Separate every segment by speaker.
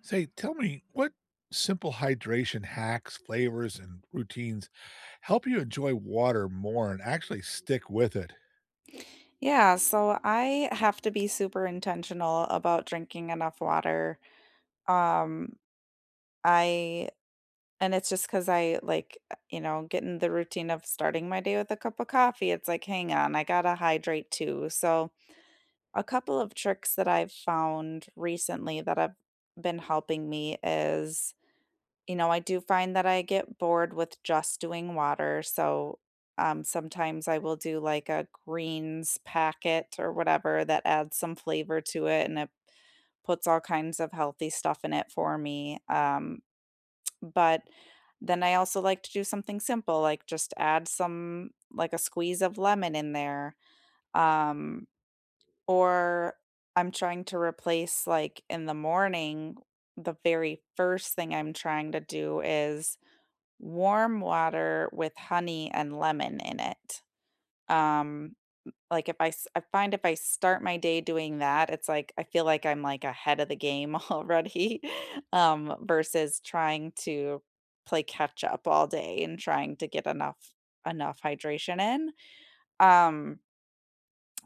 Speaker 1: Say, tell me what simple hydration hacks, flavors, and routines help you enjoy water more and actually stick with it?
Speaker 2: Yeah, so I have to be super intentional about drinking enough water. Um, I and it's just because I like, get in the routine of starting my day with a cup of coffee. It's like, hang on, I gotta hydrate too. So a couple of tricks that I've found recently that have been helping me is I do find that I get bored with just doing water, so, sometimes I will do, like, a greens packet or whatever that adds some flavor to it, and it puts all kinds of healthy stuff in it for me, but then I also like to do something simple, like, just add some like, a squeeze of lemon in there, um, or I'm trying to replace, like in the morning, the very first thing I'm trying to do is warm water with honey and lemon in it. Um, like if I s I find if I start my day doing that, it's like I feel like I'm like ahead of the game already, versus trying to play catch up all day and trying to get enough hydration in. Um,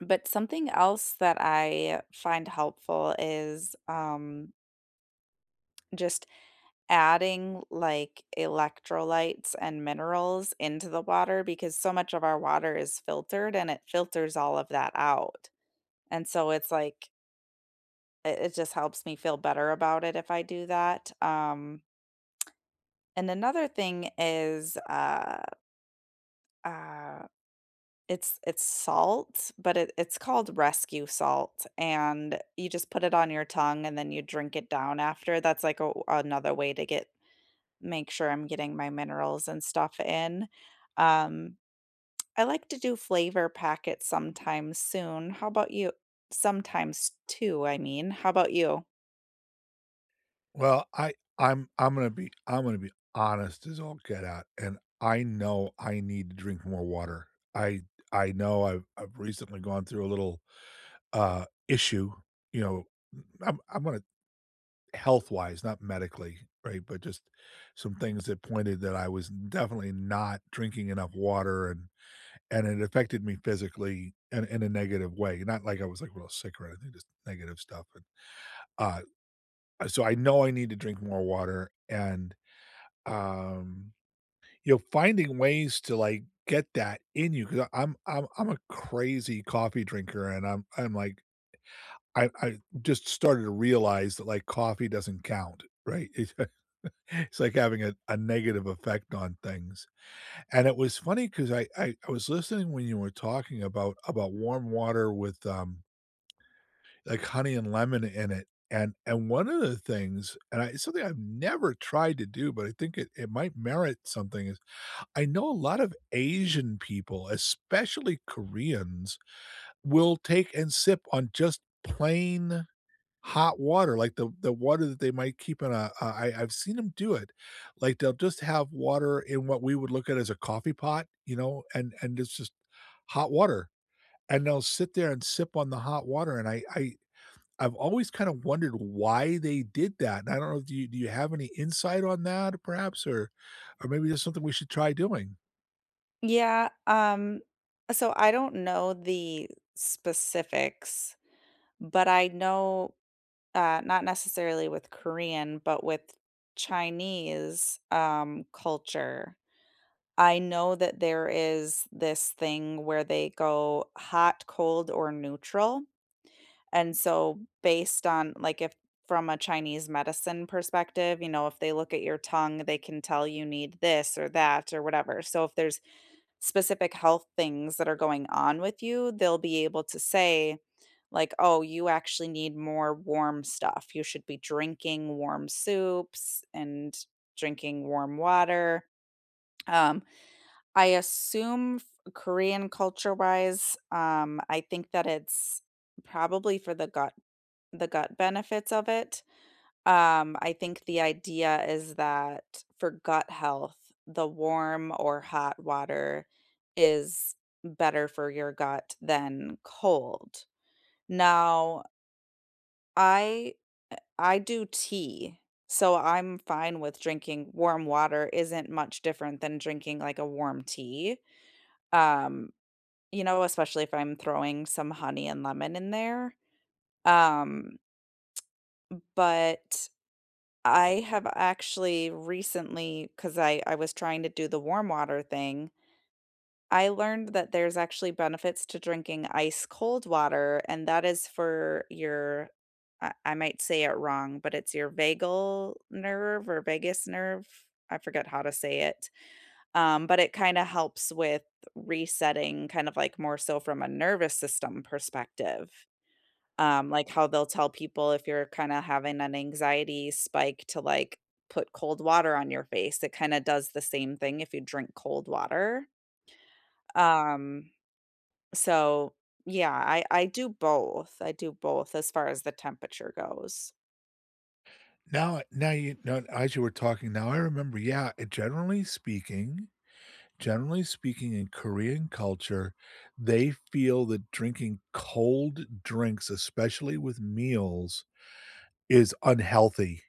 Speaker 2: but something else that I find helpful is just adding, like, electrolytes and minerals into the water because so much of our water is filtered and it filters all of that out. And so it's like it just helps me feel better about it if I do that. And another thing is, uh, it's salt, but it's called rescue salt, and you just put it on your tongue and then you drink it down after. That's like a, another way to get make sure I'm getting my minerals and stuff in. Um, I like to do flavor packets sometimes. Soon. How about you? Sometimes too, I mean. How about you?
Speaker 1: Well, I'm gonna be I'm gonna be honest as all get out, and I know I need to drink more water. I I know I've recently gone through a little issue. You know, I'm gonna health wise, not medically, right? But just some things that pointed that I was definitely not drinking enough water. And it affected me physically in a negative way, not like I was, like, real sick or anything, just negative stuff, and, uh, so I know I need to drink more water and, um, you know, finding ways to, like, get that in you. Because I 'cause I'm a crazy coffee drinker, and I'm like I just started to realize that, like, coffee doesn't count, right? It's like having a negative effect on things, and it was funny 'cause I was listening when you were talking about warm water with, like honey and lemon in it, and one of the things and I it's something I've never tried to do, but I think it it might merit something is I know a lot of Asian people, especially Koreans, will take and sip on just plain hot water, like the water that they might keep in a I've seen them do it. Like, they'll just have water in what we would look at as a coffee pot, you know, and it's just hot water, and they'll sit there and sip on the hot water, and I've always kind of wondered why they did that, and I don't know, do you have any insight on that perhaps, or maybe there's something we should try doing?
Speaker 2: Yeah, so I don't know the specifics, but I know not necessarily with Korean, but with Chinese culture. I know that there is this thing where they go hot, cold, or neutral. And so, based on like if from a Chinese medicine perspective, you know, if they look at your tongue, they can tell you need this or that or whatever. So, if there's specific health things that are going on with you, they'll be able to say, like, oh, you actually need more warm stuff. You should be drinking warm soups and drinking warm water. Um, I assume Korean culture wise, I think that it's probably for the gut benefits of it. I think the idea is that for gut health, the warm or hot water is better for your gut than cold. Now, I I do tea, so I'm fine with drinking warm water isn't much different than drinking like a warm tea. Um, you know, especially if I'm throwing some honey and lemon in there. Um, but I have actually recently, because I was trying to do the warm water thing, I learned that there's actually benefits to drinking ice cold water, and that is for your I might say it wrong, but it's your vagal nerve or vagus nerve. I forget how to say it. But it kinda helps with resetting, kind of like more so from a nervous system perspective. Like how they'll tell people if you're kinda having an anxiety spike to, like, put cold water on your face. It kinda does the same thing if you drink cold water. Um, so, yeah, I do both. I do both as far as the temperature goes.
Speaker 1: Now you know, as you were talking, now I remember, yeah, generally speaking, in Korean culture, they feel that drinking cold drinks, especially with meals, is unhealthy,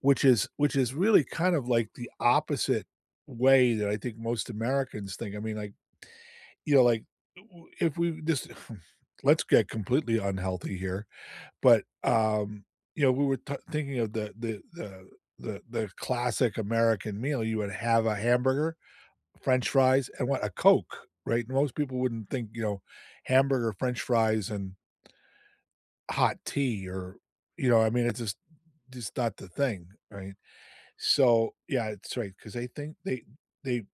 Speaker 1: which is really kind of like the opposite way that I think most Americans think. I mean, like, you know, like, w if we just let's get completely unhealthy here, but, you know, we were t thinking of the classic American meal, you would have a hamburger, french fries, and what? A Coke, right? Most people wouldn't think, you know, hamburger, french fries, and hot tea or you know, I mean, it's just not the thing, right? So, yeah, it's right because they think they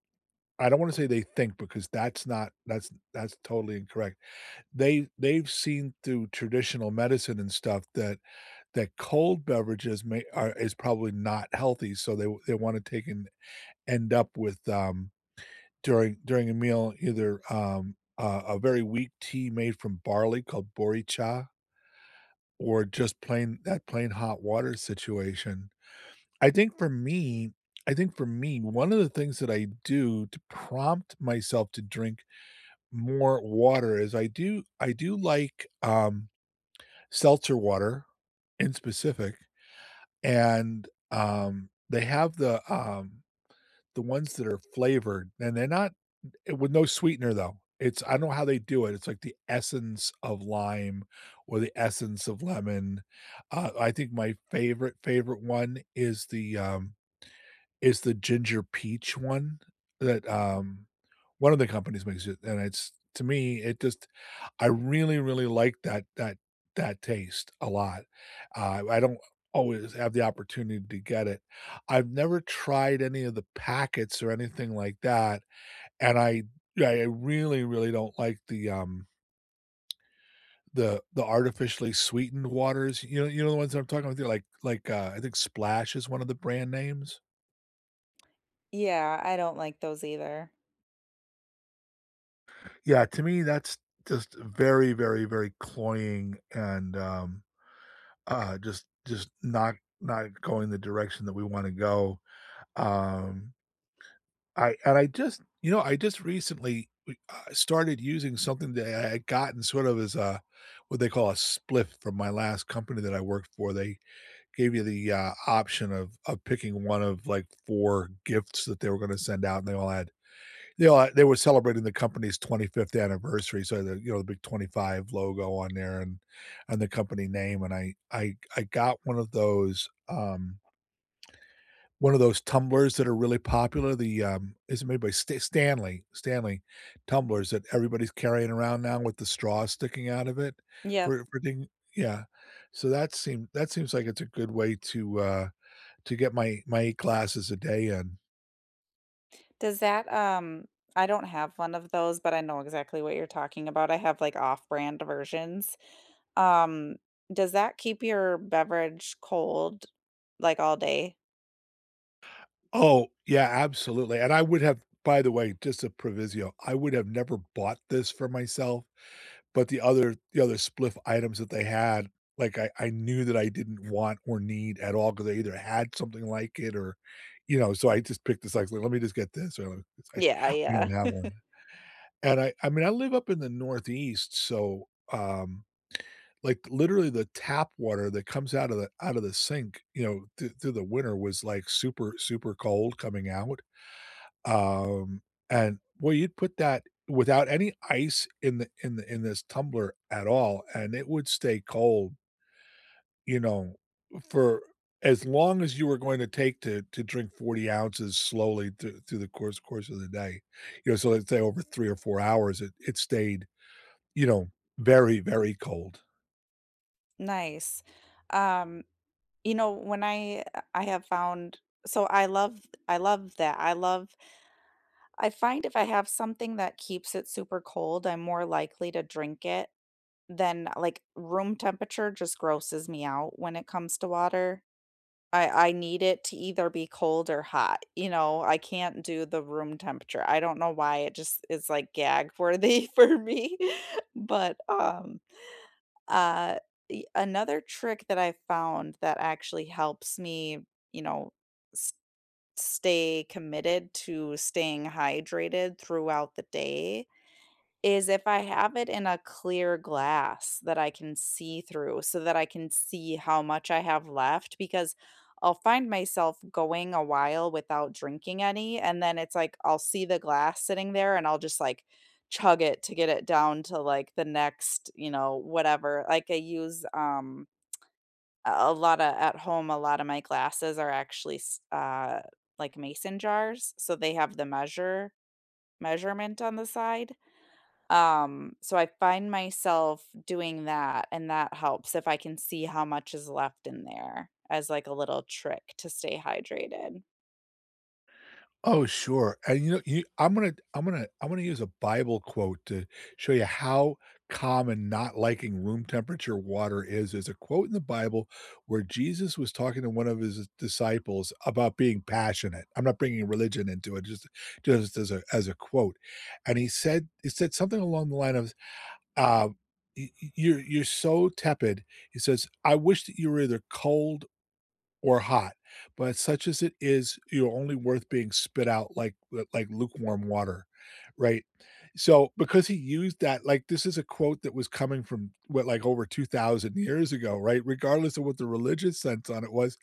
Speaker 1: I don't wanna say they think because that's not that's totally incorrect. They they've seen through traditional medicine and stuff that that cold beverages may are is probably not healthy, so they wanna take and end up with, during a meal, either, a very weak tea made from barley called "Boricha," or just plain that plain hot water situation. I think for me I think for me, one of the things that I do to prompt myself to drink more water is I do like, seltzer water in specific, and, they have the ones that are flavored, and they're not with no sweetener though. It's I don't know how they do it. It's like the essence of lime or the essence of lemon. I think my favorite, favorite one is the ginger peach one that, one of the companies makes it, and it's to me, it just I really, really like that taste a lot. I don't always have the opportunity to get it. I've never tried any of the packets or anything like that, and I really, really don't like the, the artificially sweetened waters. You know the ones that I'm talking about? They like, I think Splash is one of the brand names?
Speaker 2: Yeah, I don't like those either.
Speaker 1: Yeah, to me, that's just very, very, very cloying, and, just not not going the direction that we wanna go. Um, I just you know, I just recently started using something that I had gotten sort of as a what they call a spliff from my last company that I worked for. They gave you the, option of picking one of, like, 4 gifts that they were gonna send out, and they all had you know, they were celebrating the company's 25th anniversary, so the you know the big 25 logo on there and the company name. And I got one of those tumblers that are really popular. The is it made by Stanley Stanley tumblers that everybody's carrying around now with the straw sticking out of it
Speaker 2: Yep.
Speaker 1: for thing. Yeah, so that seems like it's a good way to get my my eight glasses a day in.
Speaker 2: Does that I don't have one of those, but I know exactly what you're talking about. I have like off-brand versions. Um, does that keep your beverage cold, like, all day?
Speaker 1: Oh, yeah, absolutely, and I would have by the way, just a proviso, I would have never bought this for myself, but the other spliff items that they had, like, I knew that I didn't want or need at all because I either had something like it or, you know, so I just picked this, like, "Let me just get this," or, I
Speaker 2: Yeah,
Speaker 1: I don't
Speaker 2: yeah.
Speaker 1: have one, and I mean, I live up in the Northeast, so, um, like, literally the tap water that comes out of the sink, you know, through the winter was, like, super, super cold coming out, um, and well, you'd put that without any ice in the in the in this tumbler at all, and it would stay cold, you know, for as long as you were going to take to drink 40 ounces slowly through the course of the day. You know, so let's say over 3 or 4 hours, it stayed, you know, very, very cold.
Speaker 2: Nice. Um, you know, when I have found so I love that. I love I find if I have something that keeps it super cold, I'm more likely to drink it than, like, room temperature just grosses me out when it comes to water. I need it to either be cold or hot, you know, I can't do the room temperature. I don't know why it just is like gag worthy for me, but, uh, y another trick that I found that actually helps me, you know, s stay committed to staying hydrated throughout the day is if I have it in a clear glass that I can see through so that I can see how much I have left, because I'll find myself going a while without drinking any, and then it's like I'll see the glass sitting there and I'll just like chug it to get it down to like the next, you know, whatever. Like I use a lot of at home, a lot of my glasses are actually like mason jars, so they have the measurement on the side. So I find myself doing that, and that helps if I can see how much is left in there as like a little trick to stay hydrated.
Speaker 1: Oh, sure. And you know, you I'm gonna I'm gonna use a Bible quote to show you how common not liking room temperature water is. There's a quote in the Bible where Jesus was talking to one of his disciples about being passionate. I'm not bringing religion into it, just as a quote. And he said something along the line of, uh, you're so tepid." He says, "I wish that you were either cold or hot, but such as it is, you're only worth being spit out like lukewarm water," right? So because he used that, like this is a quote that was coming from what like over 2,000 years ago, right? Regardless of what the religious sense on it was,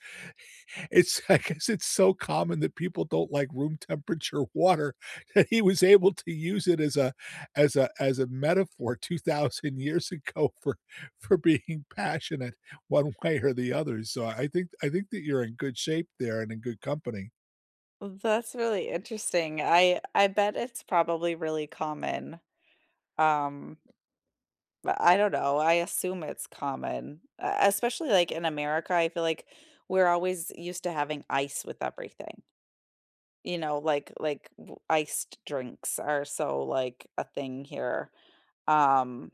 Speaker 1: it's I guess it's so common that people don't like room temperature water that he was able to use it as a metaphor 2,000 years ago for being passionate one way or the other, so I think that you're in good shape there and in good company.
Speaker 2: Well, that's really interesting. I bet it's probably really common. Um, but I don't know. I assume it's common, especially like in America. I feel like we're always used to having ice with everything. You know, iced drinks are so like a thing here. Um,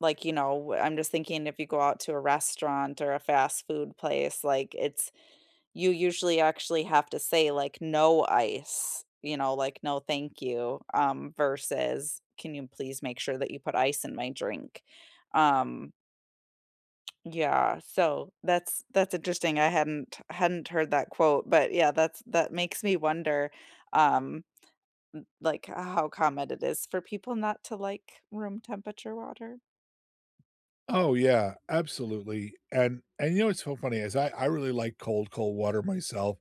Speaker 2: Like, you know, I'm just thinking if you go out to a restaurant or a fast food place, like, it's you usually actually have to say, like, "No ice," you know, like, "No, thank you," versus, "Can you please make sure that you put ice in my drink?" Um, yeah, so that's interesting. I hadn't heard that quote, but yeah, that's that makes me wonder, um, like, how common it is for people not to like room temperature water.
Speaker 1: Oh, yeah, absolutely, and you know what's so funny is I really like cold, cold water myself,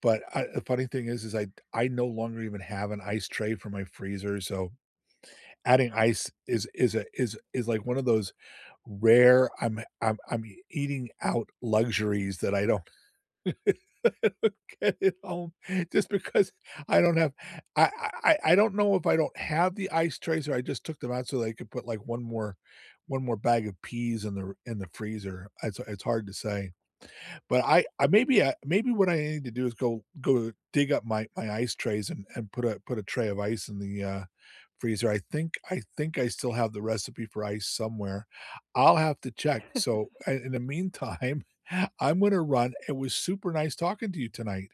Speaker 1: but I the funny thing is is I no longer even have an ice tray for my freezer, so adding ice is a is is like one of those rare, I'm eating out luxuries that I don't get at home just because I don't have I I don't know if I don't have the ice trays or I just took them out so that I could put, like, 1 more 1 more bag of peas in the freezer. It's hard to say. But I maybe I maybe what I need to do is go dig up my my ice trays and put a put a tray of ice in the, freezer. I think I still have the recipe for ice somewhere. I'll have to check. So, I in the meantime, I'm gonna run. It was super nice talking to you tonight.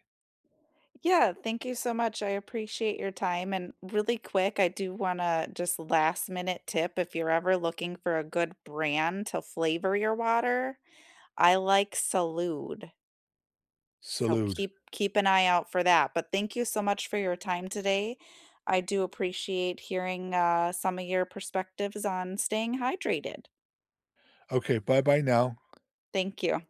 Speaker 2: Yeah, thank you so much. I appreciate your time. And really quick, I do want to just last minute tip if you're ever looking for a good brand to flavor your water, I like Salud. So
Speaker 1: Salute.
Speaker 2: keep an eye out for that. But thank you so much for your time today. I do appreciate hearing some of your perspectives on staying hydrated.
Speaker 1: Okay, bye-bye now.
Speaker 2: Thank you.